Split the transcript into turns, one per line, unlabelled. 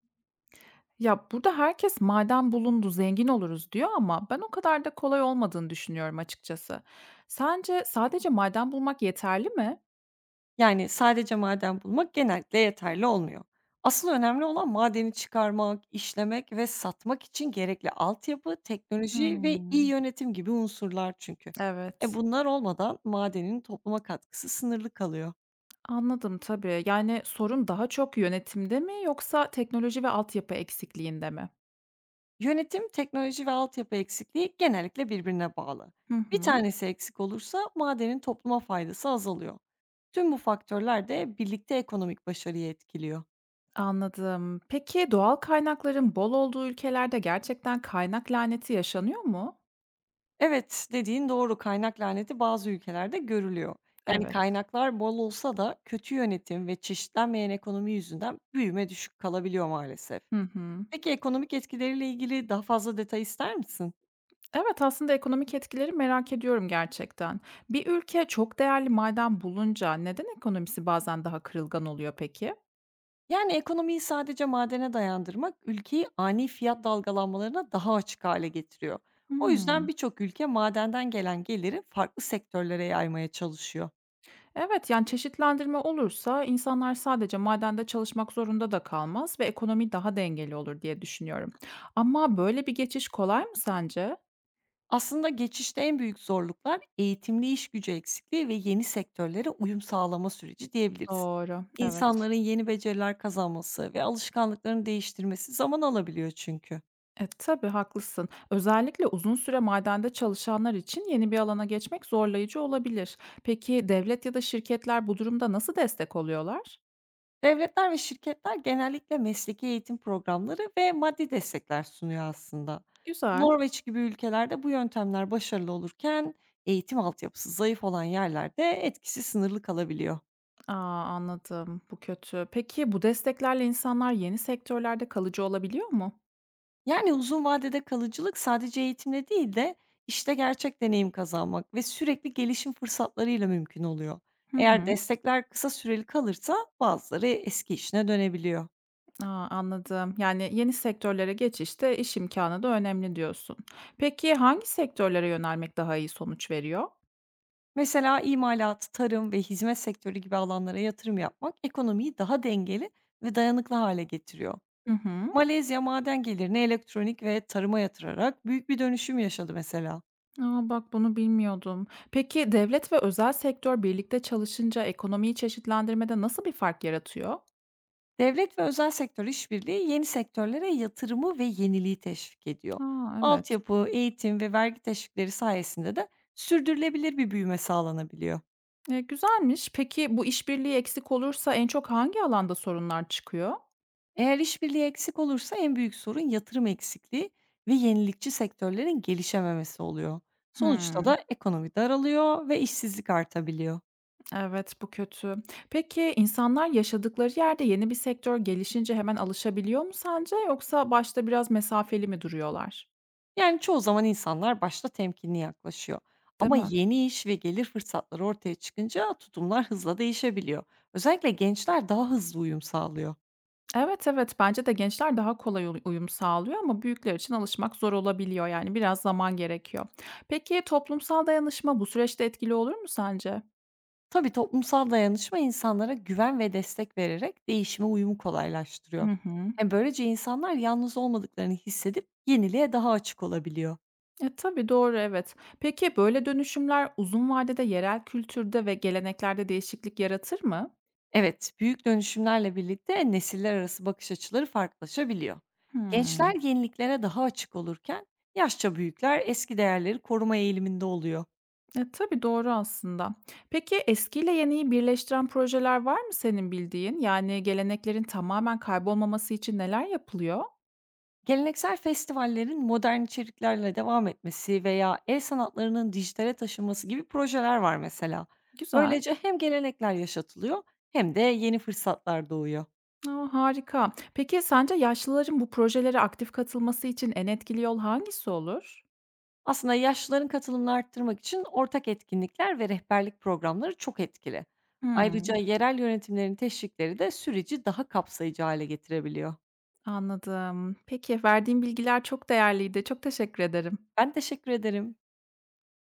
Ya, burada herkes "Maden bulundu, zengin oluruz." diyor ama ben o kadar da kolay olmadığını düşünüyorum açıkçası. Sence sadece maden bulmak yeterli mi?
Yani, sadece maden bulmak genellikle yeterli olmuyor. Asıl önemli olan madeni çıkarmak, işlemek ve satmak için gerekli altyapı, teknoloji ve iyi
Hımm.
yönetim gibi unsurlar çünkü.
Evet.
Bunlar olmadan madenin topluma katkısı sınırlı kalıyor.
Anladım, tabii. Yani sorun daha çok yönetimde mi yoksa teknoloji ve altyapı eksikliğinde mi?
Yönetim, teknoloji ve altyapı eksikliği genellikle birbirine bağlı.
Hı
Bir
hı.
tanesi eksik olursa madenin topluma faydası azalıyor. Tüm bu faktörler de birlikte ekonomik başarıyı etkiliyor.
Anladım. Peki doğal kaynakların bol olduğu ülkelerde gerçekten kaynak laneti yaşanıyor mu?
Evet, dediğin doğru. Kaynak laneti bazı ülkelerde görülüyor. Yani
Evet.
kaynaklar bol olsa da kötü yönetim ve çeşitlenmeyen ekonomi yüzünden büyüme düşük kalabiliyor maalesef.
Hı hı.
Peki ekonomik etkileriyle ilgili daha fazla detay ister misin?
Evet, aslında ekonomik etkileri merak ediyorum gerçekten. Bir ülke çok değerli maden bulunca neden ekonomisi bazen daha kırılgan oluyor peki?
Yani ekonomiyi sadece madene dayandırmak ülkeyi ani fiyat dalgalanmalarına daha açık hale getiriyor. O
Hmm.
yüzden birçok ülke madenden gelen geliri farklı sektörlere yaymaya çalışıyor.
Evet, yani çeşitlendirme olursa insanlar sadece madende çalışmak zorunda da kalmaz ve ekonomi daha dengeli olur diye düşünüyorum. Ama böyle bir geçiş kolay mı sence?
Aslında geçişte en büyük zorluklar eğitimli iş gücü eksikliği ve yeni sektörlere uyum sağlama süreci diyebiliriz.
Doğru, evet.
İnsanların yeni beceriler kazanması ve alışkanlıklarını değiştirmesi zaman alabiliyor çünkü.
Tabii haklısın. Özellikle uzun süre madende çalışanlar için yeni bir alana geçmek zorlayıcı olabilir. Peki devlet ya da şirketler bu durumda nasıl destek oluyorlar?
Devletler ve şirketler genellikle mesleki eğitim programları ve maddi destekler sunuyor aslında.
Güzel.
Norveç gibi ülkelerde bu yöntemler başarılı olurken eğitim altyapısı zayıf olan yerlerde etkisi sınırlı kalabiliyor.
A, anladım. Bu kötü. Peki bu desteklerle insanlar yeni sektörlerde kalıcı olabiliyor mu?
Yani, uzun vadede kalıcılık sadece eğitimle değil de, işte, gerçek deneyim kazanmak ve sürekli gelişim fırsatlarıyla mümkün oluyor.
Hı
Eğer
hı.
destekler kısa süreli kalırsa bazıları eski işine dönebiliyor.
A, anladım. Yani yeni sektörlere geçişte iş imkânı da önemli diyorsun. Peki hangi sektörlere yönelmek daha iyi sonuç veriyor?
Mesela imalat, tarım ve hizmet sektörü gibi alanlara yatırım yapmak ekonomiyi daha dengeli ve dayanıklı hale getiriyor.
Hı hı.
Malezya maden gelirini elektronik ve tarıma yatırarak büyük bir dönüşüm yaşadı mesela.
A, bak bunu bilmiyordum. Peki devlet ve özel sektör birlikte çalışınca ekonomiyi çeşitlendirmede nasıl bir fark yaratıyor?
Devlet ve özel sektör işbirliği yeni sektörlere yatırımı ve yeniliği teşvik ediyor.
A, evet.
Altyapı, eğitim ve vergi teşvikleri sayesinde de sürdürülebilir bir büyüme sağlanabiliyor.
Güzelmiş. Peki bu işbirliği eksik olursa en çok hangi alanda sorunlar çıkıyor?
Eğer işbirliği eksik olursa en büyük sorun yatırım eksikliği ve yenilikçi sektörlerin gelişememesi oluyor. Sonuçta
Hımm.
da ekonomi daralıyor ve işsizlik artabiliyor.
Evet, bu kötü. Peki insanlar yaşadıkları yerde yeni bir sektör gelişince hemen alışabiliyor mu sence yoksa başta biraz mesafeli mi duruyorlar?
Yani, çoğu zaman insanlar başta temkinli yaklaşıyor
Değil
ama
mi?
yeni iş ve gelir fırsatları ortaya çıkınca tutumlar hızla değişebiliyor. Özellikle gençler daha hızlı uyum sağlıyor.
Evet, evet, bence de gençler daha kolay uyum sağlıyor ama büyükler için alışmak zor olabiliyor yani biraz zaman gerekiyor. Peki toplumsal dayanışma bu süreçte etkili olur mu sence?
Tabii toplumsal dayanışma insanlara güven ve destek vererek değişime uyumu
Hı
kolaylaştırıyor.
hı.
Hem böylece insanlar yalnız olmadıklarını hissedip yeniliğe daha açık olabiliyor.
Tabii, doğru, evet. Peki böyle dönüşümler uzun vadede yerel kültürde ve geleneklerde değişiklik yaratır mı?
Evet, büyük dönüşümlerle birlikte nesiller arası bakış açıları farklılaşabiliyor.
Hmm.
Gençler yeniliklere daha açık olurken yaşça büyükler eski değerleri koruma eğiliminde oluyor.
Tabii, doğru aslında. Peki eskiyle yeniyi birleştiren projeler var mı senin bildiğin? Yani geleneklerin tamamen kaybolmaması için neler yapılıyor?
Geleneksel festivallerin modern içeriklerle devam etmesi veya el sanatlarının dijitale taşınması gibi projeler var mesela.
Güzel.
Böylece hem gelenekler yaşatılıyor hem de yeni fırsatlar doğuyor.
A, harika. Peki sence yaşlıların bu projelere aktif katılması için en etkili yol hangisi olur?
Aslında yaşlıların katılımını arttırmak için ortak etkinlikler ve rehberlik programları çok etkili. Ayrıca
Hımm,
yerel yönetimlerin teşvikleri de süreci daha kapsayıcı hale getirebiliyor.
anladım. Peki, verdiğin bilgiler çok değerliydi. Çok teşekkür ederim.
Ben teşekkür ederim.